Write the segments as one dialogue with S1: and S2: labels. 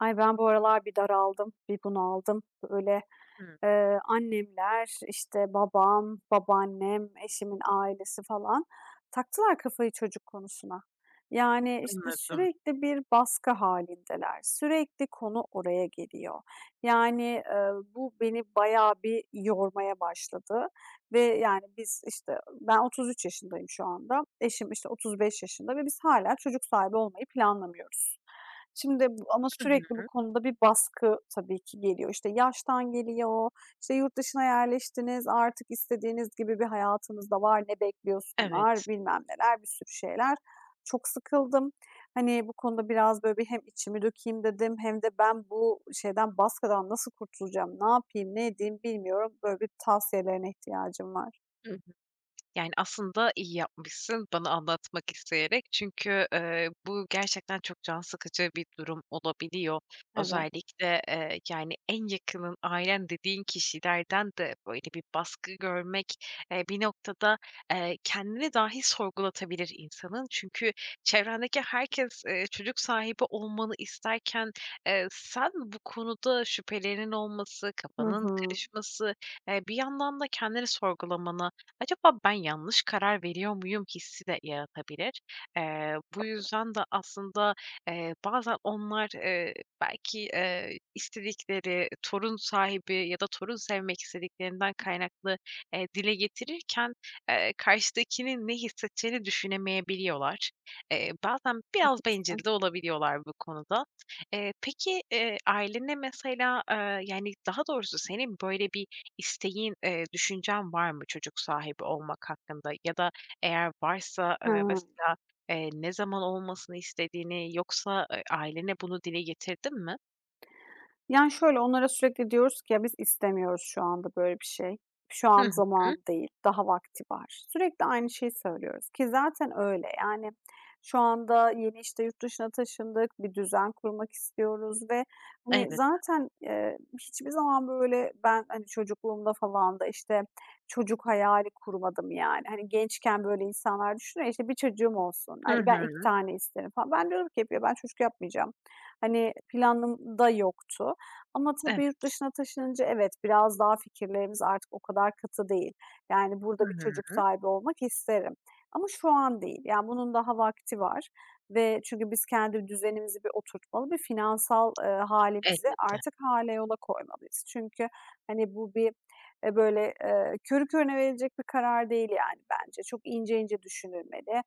S1: Ay, ben bu aralar bir daraldım, bir bunaldım. Böyle,
S2: Hımm,
S1: annemler, işte, babam, babaannem, eşimin ailesi falan taktılar kafayı çocuk konusuna. Yani, işte,
S2: anladım.
S1: sürekli bir baskı halindeler. Sürekli konu oraya geliyor. Yani, bu beni bayağı bir yormaya başladı ve, yani, biz, işte, ben 33 yaşındayım şu anda. Eşim, işte, 35 yaşında ve biz hala çocuk sahibi olmayı planlamıyoruz. Şimdi bu ama
S2: Hı
S1: sürekli bu
S2: hı.
S1: konuda bir baskı tabii ki geliyor. İşte yaştan geliyor, işte "Yurt dışına yerleştiniz, artık istediğiniz gibi bir hayatınız da var, ne
S2: Evet.
S1: bekliyorsunlar?" bilmem neler, bir sürü şeyler. Çok sıkıldım. Hani, bu konuda biraz böyle bir hem içimi dökeyim dedim hem de ben bu şeyden, baskıdan nasıl kurtulacağım, ne yapayım, ne edeyim bilmiyorum. Böyle bir tavsiyelerine ihtiyacım var.
S2: Hı, yani, aslında iyi yapmışsın bana anlatmak isteyerek. Çünkü, bu gerçekten çok can sıkıcı bir durum olabiliyor.
S1: Evet.
S2: Özellikle, yani, en yakının ailen dediğin kişilerden de böyle bir baskı görmek, bir noktada, kendini dahi sorgulatabilir insanın. Çünkü çevrendeki herkes, çocuk sahibi olmanı isterken, sen bu konuda şüphelerinin olması,
S1: Hı
S2: kafanın
S1: hı.
S2: karışması, bir yandan da kendini sorgulamana. Acaba ben yanlış karar veriyor muyum hissi de yaratabilir. Bu yüzden de aslında, bazen onlar, belki, istedikleri, torun sahibi ya da torun sevmek istediklerinden kaynaklı, dile getirirken, karşıdakinin ne hissedeceğini düşünemeyebiliyorlar. Bazen biraz bencil
S1: Haklısın.
S2: de olabiliyorlar bu konuda. Peki, ailene mesela, yani, daha doğrusu senin böyle bir isteğin, düşüncen var mı çocuk sahibi olmak hakkında? Ya da eğer varsa,
S1: Hıı.
S2: mesela, ne zaman olmasını istediğini yoksa, ailene bunu dile getirdin mi?
S1: Yani, şöyle, onlara sürekli diyoruz ki, "Ya, biz istemiyoruz şu anda böyle bir şey. Şu
S2: Hı
S1: an zaman
S2: hı.
S1: değil, daha vakti var." Sürekli aynı şeyi söylüyoruz ki zaten öyle. Yani, şu anda yeni, işte, yurt dışına taşındık, bir düzen kurmak istiyoruz ve, hani,
S2: Evet.
S1: zaten, hiçbir zaman, böyle, ben, hani, çocukluğumda falan da, işte, çocuk hayali kurmadım yani. Hani, gençken böyle insanlar düşünüyor işte, "Bir çocuğum olsun, ay,
S2: Hı
S1: ben 2
S2: hı.
S1: tane isterim." falan. Ben diyorum ki hep, "Ya, ben çocuk yapmayacağım." Hani, planım da yoktu ama tabii yurt
S2: Evet.
S1: dışına taşınınca evet, biraz daha fikirlerimiz artık o kadar katı değil. Yani
S2: Hı
S1: burada bir çocuk
S2: hı.
S1: sahibi olmak isterim ama şu an değil. Yani bunun daha vakti var ve çünkü biz kendi düzenimizi bir oturtmalı, bir finansal, hâlimizi
S2: Elbette.
S1: artık hale yola koymalıyız. Çünkü, hani, bu körü körüne verilecek bir karar değil yani bence. Çok ince ince düşünülmeli,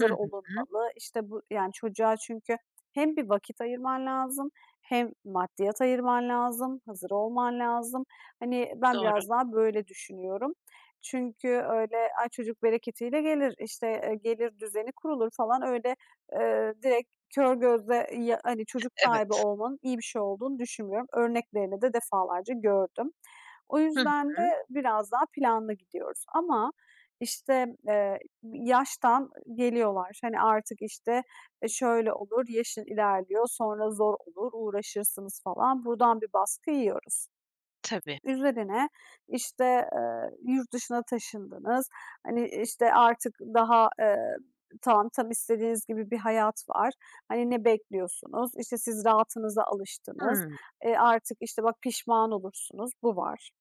S2: Hı hı.
S1: olunmalı. İşte, bu yani çocuğa çünkü hem bir vakit ayırman lazım hem maddiyat ayırman lazım, hazır olman lazım. Hani, ben
S2: Doğru.
S1: biraz daha böyle düşünüyorum. Çünkü öyle, "Ay, çocuk bereketiyle gelir, işte, gelir düzeni kurulur." falan öyle, direkt kör gözle, ya hani, çocuk sahibi
S2: Evet.
S1: olmanın iyi bir şey olduğunu düşünmüyorum. Örneklerini de defalarca gördüm. O
S2: Hı
S1: yüzden
S2: hı.
S1: de biraz daha planlı gidiyoruz ama, işte, yaştan geliyorlar. Hani, artık, işte, şöyle olur, yaşın ilerliyor, sonra zor olur, uğraşırsınız falan. Buradan bir baskı yiyoruz.
S2: Tabii.
S1: Üzerine işte, yurt dışına taşındınız. Hani, işte, artık daha, tamam, tam istediğiniz gibi bir hayat var. Hani, ne bekliyorsunuz? İşte, siz rahatınıza alıştınız.
S2: Hımm.
S1: E, artık, işte, bak pişman olursunuz, bu var.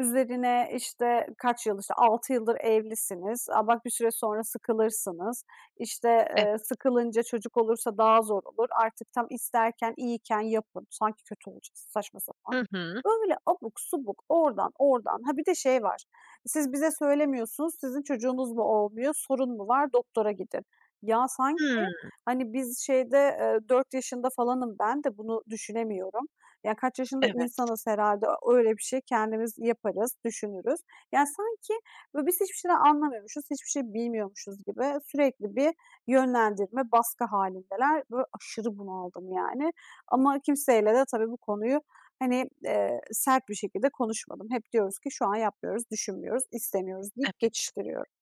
S1: Üzerine, işte, kaç yıl, işte, 6 yıldır evlisiniz. A, bak bir süre sonra sıkılırsınız. İşte,
S2: Evet.
S1: sıkılınca çocuk olursa daha zor olur. Artık tam isterken, iyiken yapın. Sanki kötü olacak, saçma sapan.
S2: Hı hı.
S1: Öyle abuk subuk, oradan, oradan. Ha, bir de şey var. Siz bize söylemiyorsunuz, sizin çocuğunuz mu olmuyor, sorun mu var, doktora gidin. Ya, sanki,
S2: Hımm.
S1: hani, biz şeyde, 4 yaşında falanım ben de bunu düşünemiyorum. Ya, kaç yaşında
S2: Evet,
S1: insanız herhâlde. Öyle bir şey kendimiz yaparız, düşünürüz. Yani, sanki, böyle, biz hiçbir şeyden anlamıyormuşuz, hiçbir şey bilmiyormuşuz gibi sürekli bir yönlendirme, baskı hâlindeler. Böyle, aşırı bunaldım yani ama kimseyle de tabii bu konuyu, hani, sert bir şekilde konuşmadım. Hep diyoruz ki şu an yapmıyoruz, düşünmüyoruz, istemiyoruz deyip
S2: evet.
S1: geçiştiriyorum.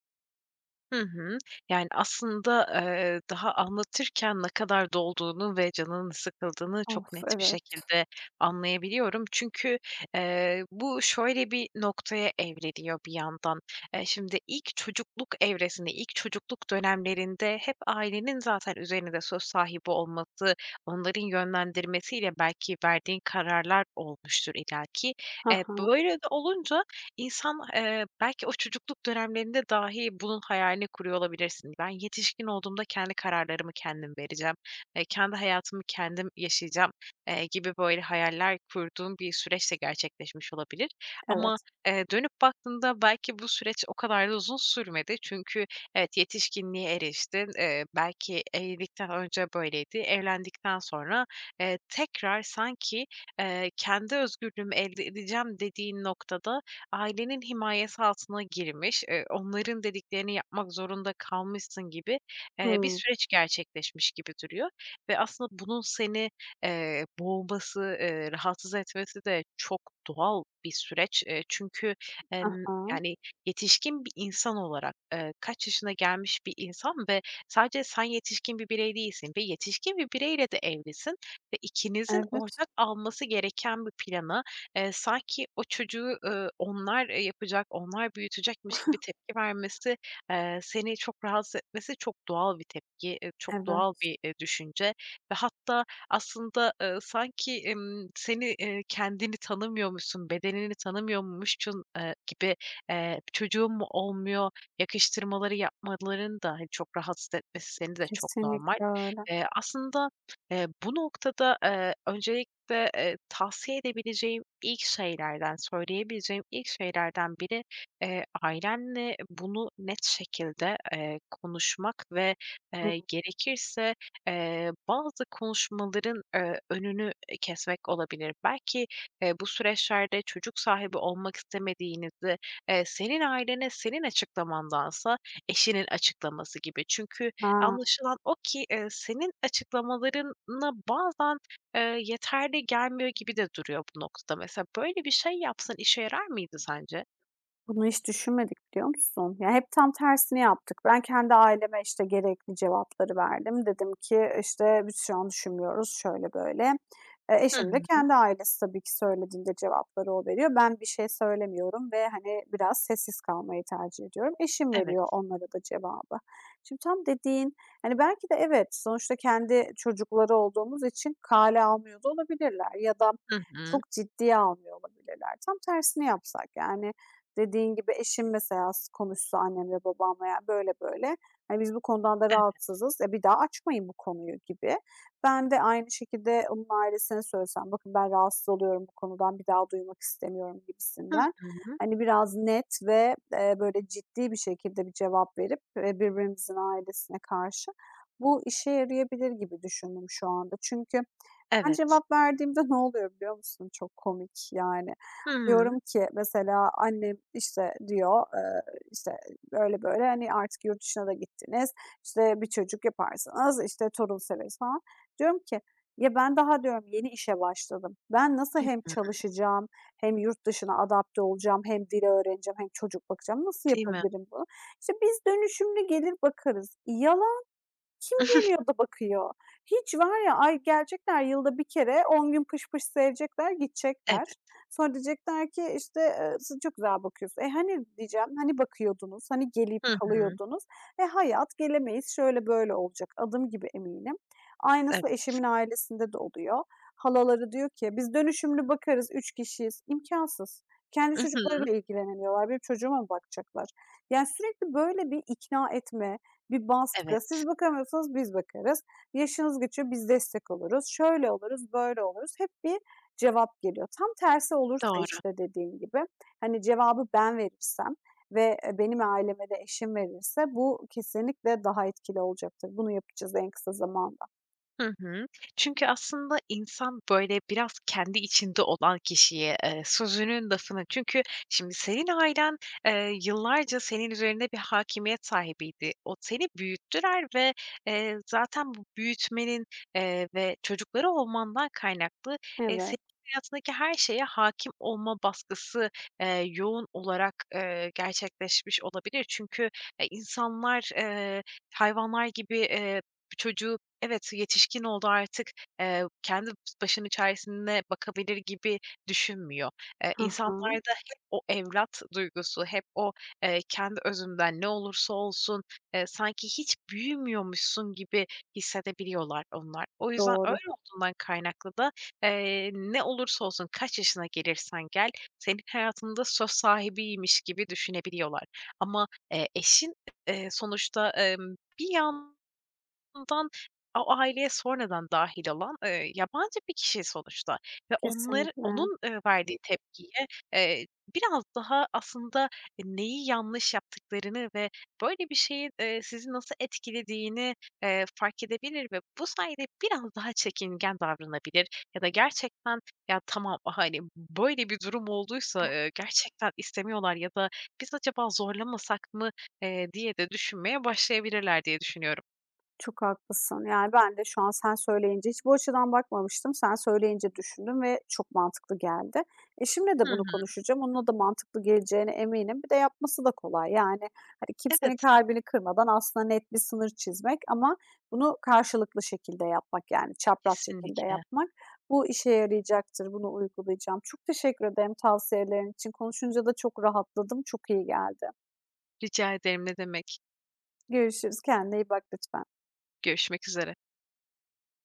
S2: Hı hı. Yani, aslında, daha anlatırken ne kadar dolduğunu ve canının sıkıldığını çok
S1: Of,
S2: net bir
S1: evet.
S2: şekilde anlayabiliyorum. Çünkü, bu şöyle bir noktaya evreliyor bir yandan. Şimdi ilk çocukluk evresinde, ilk çocukluk dönemlerinde hep ailenin zaten üzerinde söz sahibi olması, onların yönlendirmesiyle belki verdiğin kararlar olmuştur illaki.
S1: Hı hı.
S2: Böyle de olunca İnsan, belki o çocukluk dönemlerinde dahi bunun hayalini kuruyor olabilirsin. Ben yetişkin olduğumda kendi kararlarımı kendim vereceğim, kendi hayatımı kendim yaşayacağım, gibi böyle hayaller kurduğum bir süreç de gerçekleşmiş olabilir. Ama,
S1: Evet.
S2: dönüp baktığında belki bu süreç o kadar da uzun sürmedi. Çünkü evet, yetişkinliğe eriştin. Belki evlilikten önce böyleydi. Evlendikten sonra, tekrar sanki, kendi özgürlüğümü elde edeceğim dediğin noktada ailenin himayesi altına girmiş, onların dediklerini yapmak zorunda kalmışsın gibi, bir
S1: Hımm.
S2: süreç gerçekleşmiş gibi duruyor ve aslında bunun seni, boğması, rahatsız etmesi de çok doğal bir süreç. Çünkü,
S1: Hı hı.
S2: yani, yetişkin bir insan olarak, kaç yaşına gelmiş bir insan ve sadece sen yetişkin bir birey değilsin ve yetişkin bir bireyle de evlisin ve ikinizin
S1: Evet,
S2: ortak alması gereken bir planı. Sanki o çocuğu, onlar, yapacak, onlar büyütecekmiş gibi tepki vermesi, seni çok rahatsız etmesi çok doğal bir tepki, çok doğal
S1: evet.
S2: bir, düşünce ve hatta aslında, sanki, seni, kendini tanımıyormuşsun, bedenini tanımıyormuşsun, gibi, çocuğun mu olmuyor yakıştırmaları yapmaların da, hani, çok rahatsız etmesi seni de çok normal.
S1: Kesinlikle öyle.
S2: Aslında, bu noktada, öncelikle, tavsiye edebileceğim İlk şeylerden, söyleyebileceğim ilk şeylerden biri, ailemle bunu net şekilde, konuşmak ve,
S1: Hı.
S2: gerekirse, bazı konuşmaların, önünü kesmek olabilir. Belki, bu süreçlerde çocuk sahibi olmak istemediğinizi, senin ailene senin açıklamandansa eşinin açıklaması gibi. Çünkü
S1: A!
S2: anlaşılan o ki, senin açıklamalarına bazen yeterli gelmiyor gibi de duruyor bu noktada. Mesela böyle bir şey yapsan işe yarar mıydı sence?
S1: Bunu hiç düşünmedik, biliyor musun? Ya, hep tam tersini yaptık. Ben kendi aileme, işte, gerekli cevapları verdim. Dedim ki, işte, "Biz şu an düşünmüyoruz, şöyle böyle."
S2: Hı
S1: Eşim de
S2: hı.
S1: kendi ailesi tabii ki söylediğinde cevapları o veriyor. Ben bir şey söylemiyorum ve, hani, biraz sessiz kalmayı tercih ediyorum. Eşim veriyor
S2: Evet.
S1: onlara da cevabı. Şimdi tam dediğin, hani, belki de evet, sonuçta kendi çocukları olduğumuz için kâale almıyor da olabilirler ya da
S2: Hı hı.
S1: çok ciddiye almıyor olabilirler. Tam tersini yapsak, yani, dediğin gibi eşim mesela s konuşsa annemle babamla, ya, böyle böyle, hani, biz bu konudan da
S2: Ev.
S1: rahatsızız, e, bir daha açmayın bu konuyu gibi. Ben de aynı şekilde onun ailesine söylesem, bakın ben rahatsız oluyorum bu konudan, bir daha duymak istemiyorum
S2: Hı
S1: gibisinden.
S2: hı.
S1: Hani, biraz net ve, böyle ciddi bir şekilde bir cevap verip, birbirimizin ailesine karşı bu işe yarayabilir gibi düşündüm şu anda. Çünkü ben
S2: Evet.
S1: cevap verdiğimde ne oluyor biliyor musun? Çok komik yani.
S2: Hı hı.
S1: Diyorum ki mesela annem, işte, diyor, işte, böyle böyle, hani, artık yurt dışına da gittiniz, işte, bir çocuk yaparsınız, işte, torun severiz falan. Diyorum ki, ya, ben daha diyorum yeni işe başladım. Ben nasıl
S2: Hı
S1: hem
S2: hı.
S1: çalışacağım hem yurt dışına adapte olacağım hem dili öğreneceğim hem çocuk bakacağım, nasıl
S2: Değil mi?
S1: yapabilirim bunu? İşte, biz dönüşümlü gelir bakarız. Yalan kim geliyor da bakıyor? Hiç var ya, ay gelecekler yılda bir kere 10 gün pış pış sevecekler,
S2: Evet.
S1: gidecekler. Sonra diyecekler ki, işte, "Siz çok güzel bakıyorsun." E, hani diyeceğim, hani bakıyordunuz, hani gelip
S2: Hı hı.
S1: kalıyordunuz? E, hayat, gelemeyiz, şöyle böyle olacak. Adım gibi eminim.
S2: Evet.
S1: Aynısı eşimin ailesinde de oluyor. Halaları diyor ki, "Biz dönüşümlü bakarız, 3 kişiyiz." İmkânsız. Kendi
S2: I hı.
S1: çocuklarıyla ilgilenemiyorlar. Benim çocuğuma mı bakacaklar? Yani sürekli böyle bir ikna etme, bir baskı.
S2: Evet.
S1: Siz bakamıyorsanız biz bakarız. Yaşınız geçiyor, biz destek oluruz. Şöyle oluruz, böyle oluruz. Hep bir cevap geliyor. Tam tersi olursa
S2: Doğru.
S1: işte dediğim gibi, hani, cevabı ben verirsem ve, benim aileme de eşim verirse bu kesinlikle daha etkili olacaktır. Bunu yapacağız en kısa zamanda.
S2: Hı hı. Çünkü aslında insan, böyle, biraz kendi içinde olan kişiye, sözünün, lafının. Çünkü şimdi senin ailen, yıllarca senin üzerinde bir hakimiyet sahibiydi. O seni büyüttüler ve, zaten bu büyütmenin, ve çocukları olmandan kaynaklı, senin
S1: Evet.
S2: hayatındaki her şeye hakim olma baskısı, yoğun olarak, gerçekleşmiş olabilir. Çünkü, insanlar, hayvanlar gibi, çocuğu. Evet, yetişkin oldu artık, kendi başının çaresine bakabilir gibi düşünmüyor.
S1: Hı hı.
S2: İnsanlarda hep o evlat duygusu, hep o, kendi özünden ne olursa olsun, sanki hiç büyümüyormuşsun gibi hissedebiliyorlar onlar. O yüzden
S1: Doğru.
S2: öyle olduğundan kaynaklı da, ne olursa olsun, kaç yaşına gelirsen gel, senin hayatında söz sahibiymiş gibi düşünebiliyorlar. Ama, eşin, sonuçta, bir yan ondan o aileye sonradan dâhil olan, yabancı bir kişi sonuçta ve onları
S1: Kesinlikle.
S2: onun, verdiği tepkiye, eee, biraz daha aslında neyi yanlış yaptıklarını ve böyle bir şeyin, sizi nasıl etkilediğini, fark edebilir ve bu sayede biraz daha çekingen davranabilir ya da gerçekten "Ya, tamam, hani, böyle bir durum olduysa, gerçekten istemiyorlar ya da biz acaba zorlamasak mı?" Diye de düşünmeye başlayabilirler diye düşünüyorum.
S1: Çok haklısın. Yani, ben de şu an sen söyleyince hiç bu açıdan bakmamıştım. Sen söyleyince düşündüm ve çok mantıklı geldi. Eşimle de
S2: Hı.
S1: bunu konuşacağım. Onunla da mantıklı geleceğine eminim. Bir de yapması da kolay. Yani, hani, kimsenin
S2: Evet,
S1: kalbini kırmadan aslında net bir sınır çizmek ama bunu karşılıklı şekilde yapmak, yani, çapraz şekilde
S2: kesinlikle.
S1: yapmak. Bu işe yarayacaktır. Bunu uygulayacağım. Çok teşekkür ederim tavsiyelerin için. Konuşunca da çok rahatladım. Çok iyi geldi.
S2: Rica ederim, ne demek.
S1: Görüşürüz. Kendine iyi bak lütfen.
S2: Görüşmek üzere.